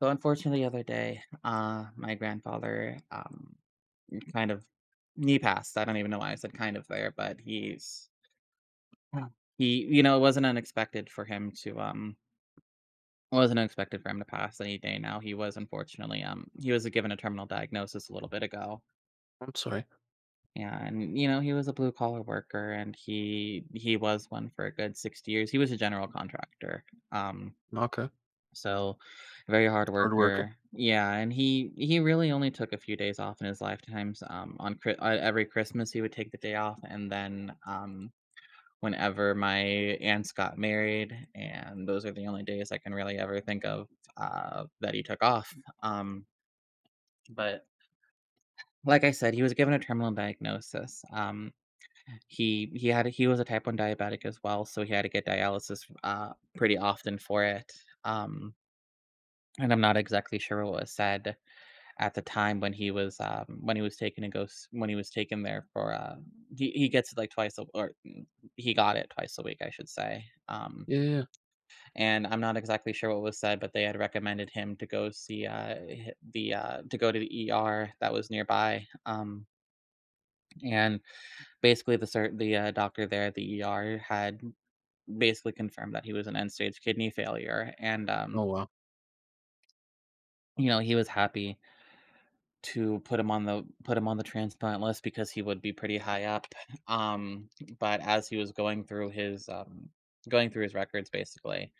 So unfortunately, the other day, my grandfather kind of knee passed. I don't even know why I said "kind of" there, but he's Yeah. He it wasn't unexpected for him to pass any day now. He was unfortunately, he was given a terminal diagnosis a little bit ago, I'm sorry. and you know he was a blue collar worker, and he was one for a good 60 years. He was a general contractor. Um, No, okay. So, Very hard Wow. Hard worker. worker. Yeah, and he really only took a few days off in his lifetimes. Every Christmas, he would take the day off, and then whenever my aunts got married, and those are the only days I can really ever think of that he took off. Um, but like I said, he was given a terminal diagnosis. He was a type one diabetic as well, so he had to get dialysis pretty often for it. Um, and I'm not exactly sure what was said at the time when he was taken to go s when he was taken there for, he gets it like twice a or mm, he got it twice a week, I should say, Yeah, yeah, yeah. and I'm not exactly sure what was said, but they had recommended him to go see, to go to the ER that was nearby, and basically the doctor there at the ER had basically confirmed that he was in end-stage kidney failure, and Oh, wow. you know, he was happy to put him on the transplant list because he would be pretty high up. Um, but as he was going through his records, basically,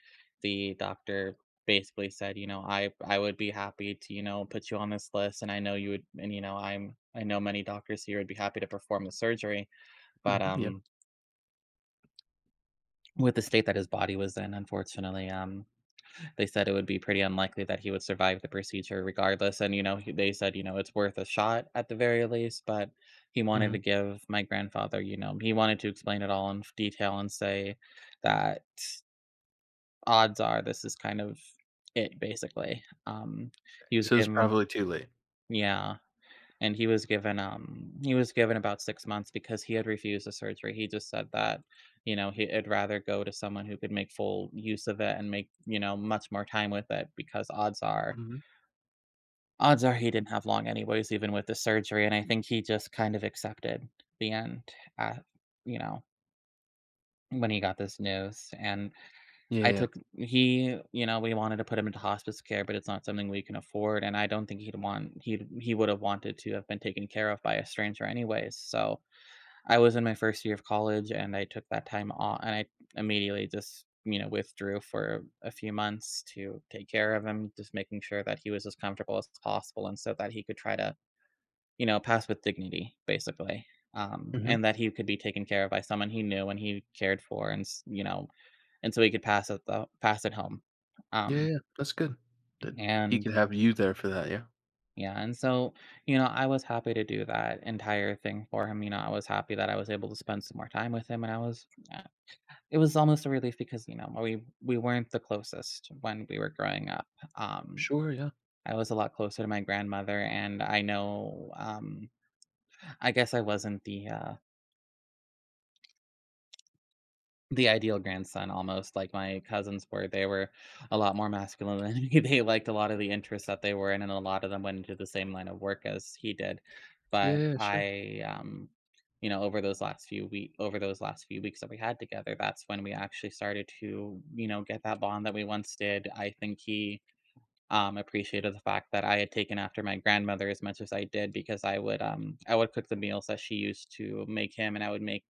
the doctor basically said, you know, I would be happy to, you know, put you on this list, and I know you would, and you know, I know many doctors here would be happy to perform the surgery, but Mhm, yeah, with the state that his body was in, unfortunately, they said it would be pretty unlikely that he would survive the procedure regardless, and, you know, he they said, you know, "It's worth a shot at the very least," but he wanted mhm. to give my grandfather, you know, he wanted to explain it all in f detail and say that odds are this is kind of it, basically. He was So it's given probably too late. Yeah, and he was given about 6 months because he had refused the surgery. He just said that, you know, he'd rather go to someone who could make full use of it and make, you know, much more time with it because Mhm. odds are he didn't have long anyways even with the surgery. And I think he just kind of accepted the end At, you know, when he got this news. And I Yeah, took he you know we wanted to put him into hospice care, but it's not something we can afford, and I don't think he would have wanted to have been taken care of by a stranger anyways. So I was in my first year of college, and I took that time off, and I immediately just, you know, withdrew for a few months to take care of him, just making sure that he was as comfortable as possible and so that he could try to, you know, pass with dignity, basically. Mm-hmm, yeah. Mhm. And that he could be taken care of by someone he knew and he cared for, and you know, and so he could pass at home. Yeah, Um yeah, that's good. That he and could have you there for that, yeah. Yeah, and so, you know, I was happy to do that entire thing for him. You know, I was happy that I was able to spend some more time with him, and I was it was almost a relief because, you know, we weren't the closest when we were growing up. Um, Sure, yeah. I was a lot closer to my grandmother, and I know, I guess I wasn't the, the ideal grandson almost, like my cousins were. They were a lot more masculine than me, they liked a lot of the interests that they were in, and a lot of them went into the same line of work as he did. Yeah, But yeah, yeah, sure. I, you know, over those last few week over those last few weeks that we had together, that's when we actually started to, you know, get that bond that we once did. I think he, appreciated the fact that I had taken after my grandmother as much as I did, because I would cook the meals that she used to make him, and I would make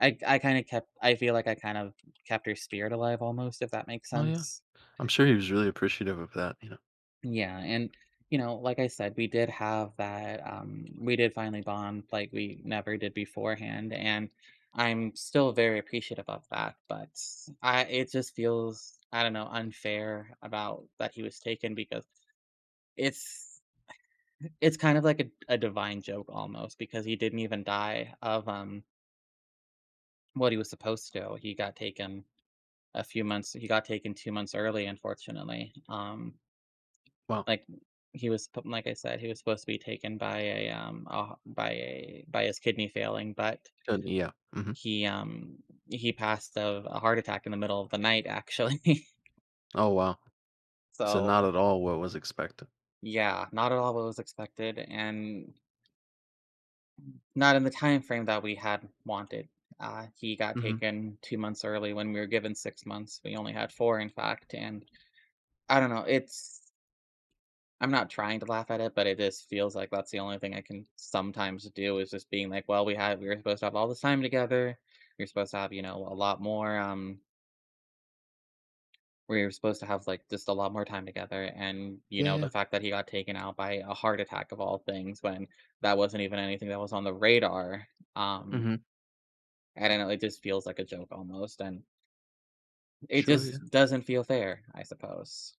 I I kinda kept I feel like I kind of kept her spirit alive almost, if that makes Oh, yeah. sense. I'm sure he was really appreciative of that. Yeah, and, you know, like I said, we did have that, we did finally bond like we never did beforehand, and I'm still very appreciative of that. But I it just feels, I don't know, unfair about that he was taken, because it's it's kind of like a divine joke almost, because he didn't even die of, what he was supposed to. He got taken 2 months early, unfortunately. Wow. Like, he was p like I said, he was supposed to be taken by a, by his kidney failing, but Good, yeah. Mhm. he, um, he passed of a heart attack in the middle of the night, actually. Oh, wow. So not So, at all what was expected. yeah, not at all what was expected, and not in the time frame that we had wanted. He got Mhm. taken 2 months early when we were given 6 months. We only had 4, in fact, and I don't know, it's I'm not trying to laugh at it, but it just feels like that's the only thing I can sometimes do, is just being like, well, we were supposed to have all this time together. We are supposed to have, you know, a lot more we were supposed to have, like, just a lot more time together. And you Yeah, know yeah. the fact that he got taken out by a heart attack of all things, when that wasn't even anything that was on the radar. um Mhm. I don't know, it just feels like a joke almost. And it Sure, yeah. just doesn't feel fair, I suppose.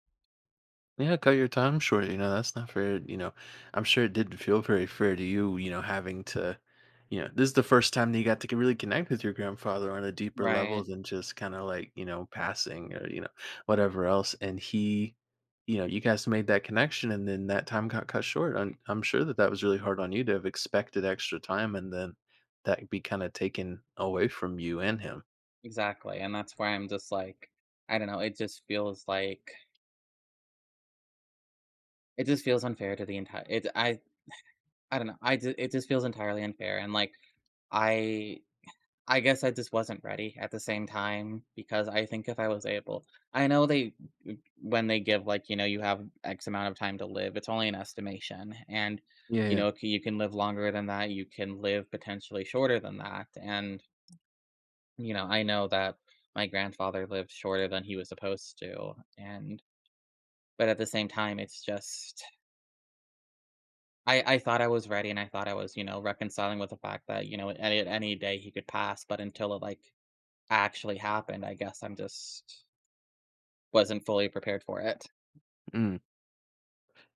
Yeah, cut your time short. That's not fair. I'm sure it didn't feel very fair to you, having to, this is the first time that you got to really connect with your grandfather on a deeper level Right, than just kind of like, passing or, whatever else. And he, you guys made that connection and then that time got cut short. I'm sure that that was really hard on you to have expected extra time and then that be kind of taken away from you and him. exactly, and that's where I'm just like, I don't know, it just feels like it just feels unfair to the entire it I don't know, I ju it just feels entirely unfair, and, like, I I guess I just wasn't ready at the same time, because I think if I was able I know they when they give, like, you know, you have X amount of time to live, it's only an estimation, and, Yeah, you yeah. know, c you can live longer than that, you can live potentially shorter than that, and, you know, I know that my grandfather lived shorter than he was supposed to, and but at the same time, it's just I thought I was ready, and I thought I was, you know, reconciling with the fact that, you know, at any day he could pass, but until it, like, actually happened, I guess I'm just wasn't fully prepared for it. Mm.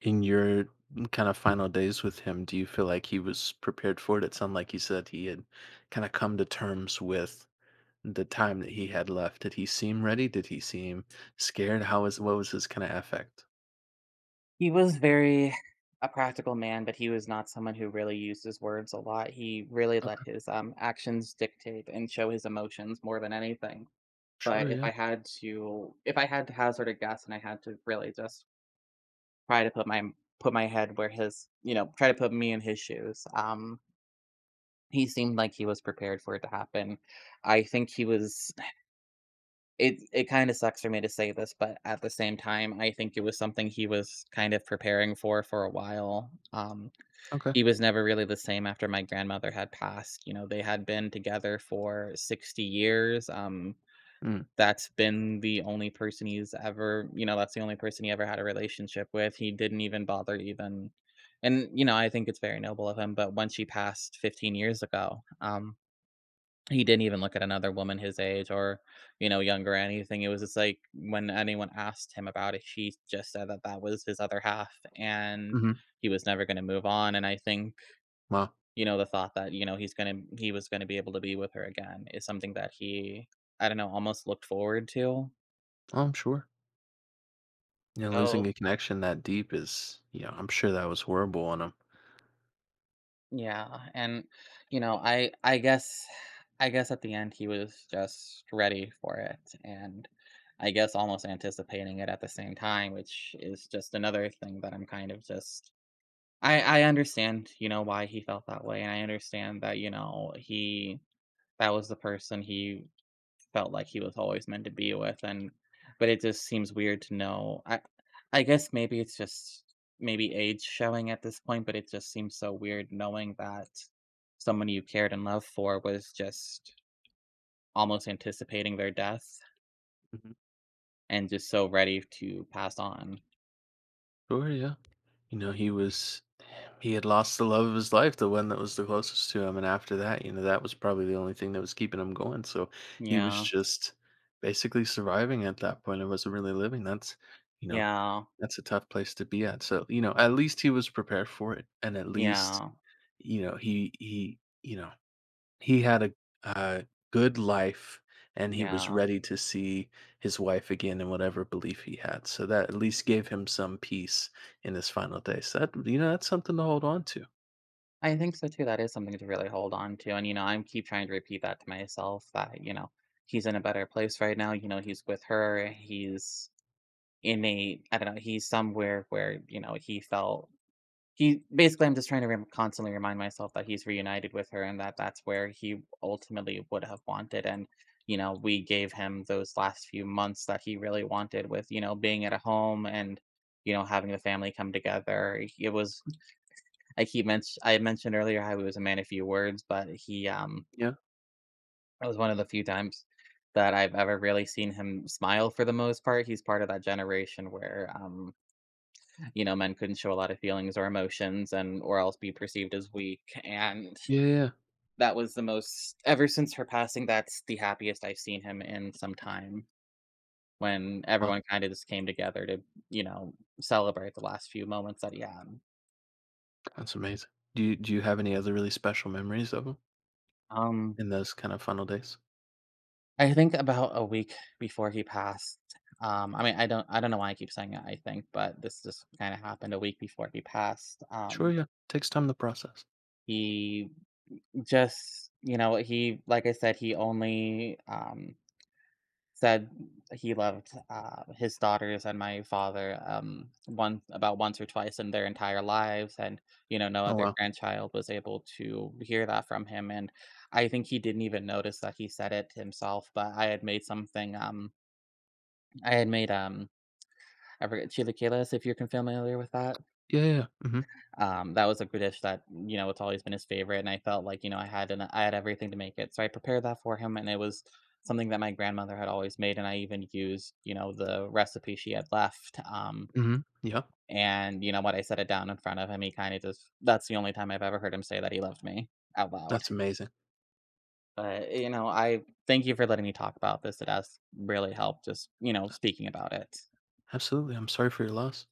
In your kind of final days with him, do you feel like he was prepared for it? It sounded like he said he had kind of come to terms with the time that he had left. Did he seem ready? Did he seem scared? How was What was his kind of affect? He was very a practical man, but he was not someone who really used his words a lot. He really let Okay, his, actions dictate and show his emotions more than anything. sure, But if yeah, I had to, if I had to hazard a guess, and I had to really just try to put my head where his, you know, try to put me in his shoes. He seemed like he was prepared for it to happen. I think he was. It kind of sucks for me to say this, but at the same time, I think it was something he was kind of preparing for a while. Okay, He was never really the same after my grandmother had passed. You know, they had been together for 60 years, mm, that's been the only person he's ever, you know, that's the only person he ever had a relationship with. He didn't even bother even and, you know, I think it's very noble of him, but when she passed 15 years ago, he didn't even look at another woman his age or, you know, younger or anything. It was just like, when anyone asked him about it, she just said that that was his other half, and hmm, he was never gonna move on. And I think, wow, you know, the thought that, you know, he was gonna be able to be with her again is something that he, I don't know, almost looked forward to. oh, I'm sure. Losing So, a connection that deep is, I'm sure that was horrible on him. yeah, and, you know, I guess at the end he was just ready for it, and I guess almost anticipating it at the same time, which is just another thing that I'm kind of just I understand, you know, why he felt that way. And I understand that, you know, he, that was the person he felt like he was always meant to be with. And but it just seems weird to know. I guess maybe it's just maybe age showing at this point, but it just seems so weird knowing that someone you cared and loved for was just almost anticipating their death Mhm. and just so ready to pass on. Sure, yeah. You know, he had lost the love of his life, the one that was the closest to him, and after that, that was probably the only thing that was keeping him going, so he was Yeah. just basically surviving at that point. It wasn't really living, you know, Yeah. that's a tough place to be at, so, at least he was prepared for it, and at least, Yeah. you know, he he you know, he had a, uh, good life, and he was Yeah, ready to see his wife again in whatever belief he had, so that at least gave him some peace in his final days. So that that's something to hold on to. I think so too. That is something to really hold on to. And you know, I'm keep trying to repeat that to myself that, you know, he's in a better place right now. You know, he's with her. He's in a, I don't know, he's somewhere where, you know, he felt, he basically, I'm just trying to rem constantly remind myself that he's reunited with her and that that's where he ultimately would have wanted. And, you know, we gave him those last few months that he really wanted with, you know, being at a home and, you know, having the family come together. It was, I mentioned earlier how he was a man of few words, but he, Yeah. that was one of the few times that I've ever really seen him smile. For the most part, he's part of that generation where, you know, men couldn't show a lot of feelings or emotions and or else be perceived as weak. And Yeah, yeah, yeah. that was the most, ever since her passing, that's the happiest I've seen him in some time, when Wow, everyone kind of just came together to, you know, celebrate the last few moments that he had. that's amazing. Do you have any other really special memories of him Um, in those kind of final days? I think about a week before he passed. I mean, I don't know why I keep saying it, I think, but this just kind of happened a week before he passed. Sure, yeah. Takes time to process. He just, you know, he, like I said, he only, said he loved, his daughters and my father, once, about once or twice in their entire lives. And, you know, no Oh, other wow. grandchild was able to hear that from him. And I think he didn't even notice that he said it himself, but I had made something, I had made, um, I forget, chilaquiles, if you're familiar with that? Yeah, yeah, yeah. Mhm. That was a good dish that, you know, it's always been his favorite, and I felt like, you know, I had everything to make it, so I prepared that for him. And it was something that my grandmother had always made, and I even used, you know, the recipe she had left, Mhm. Yeah. and, you know, what I set it down in front of him, he kinda just, that's the only time I've ever heard him say that he loved me out loud. That's amazing. But, you know, I thank you for letting me talk about this. It has really helped just, you know, speaking about it. Absolutely, I'm sorry for your loss.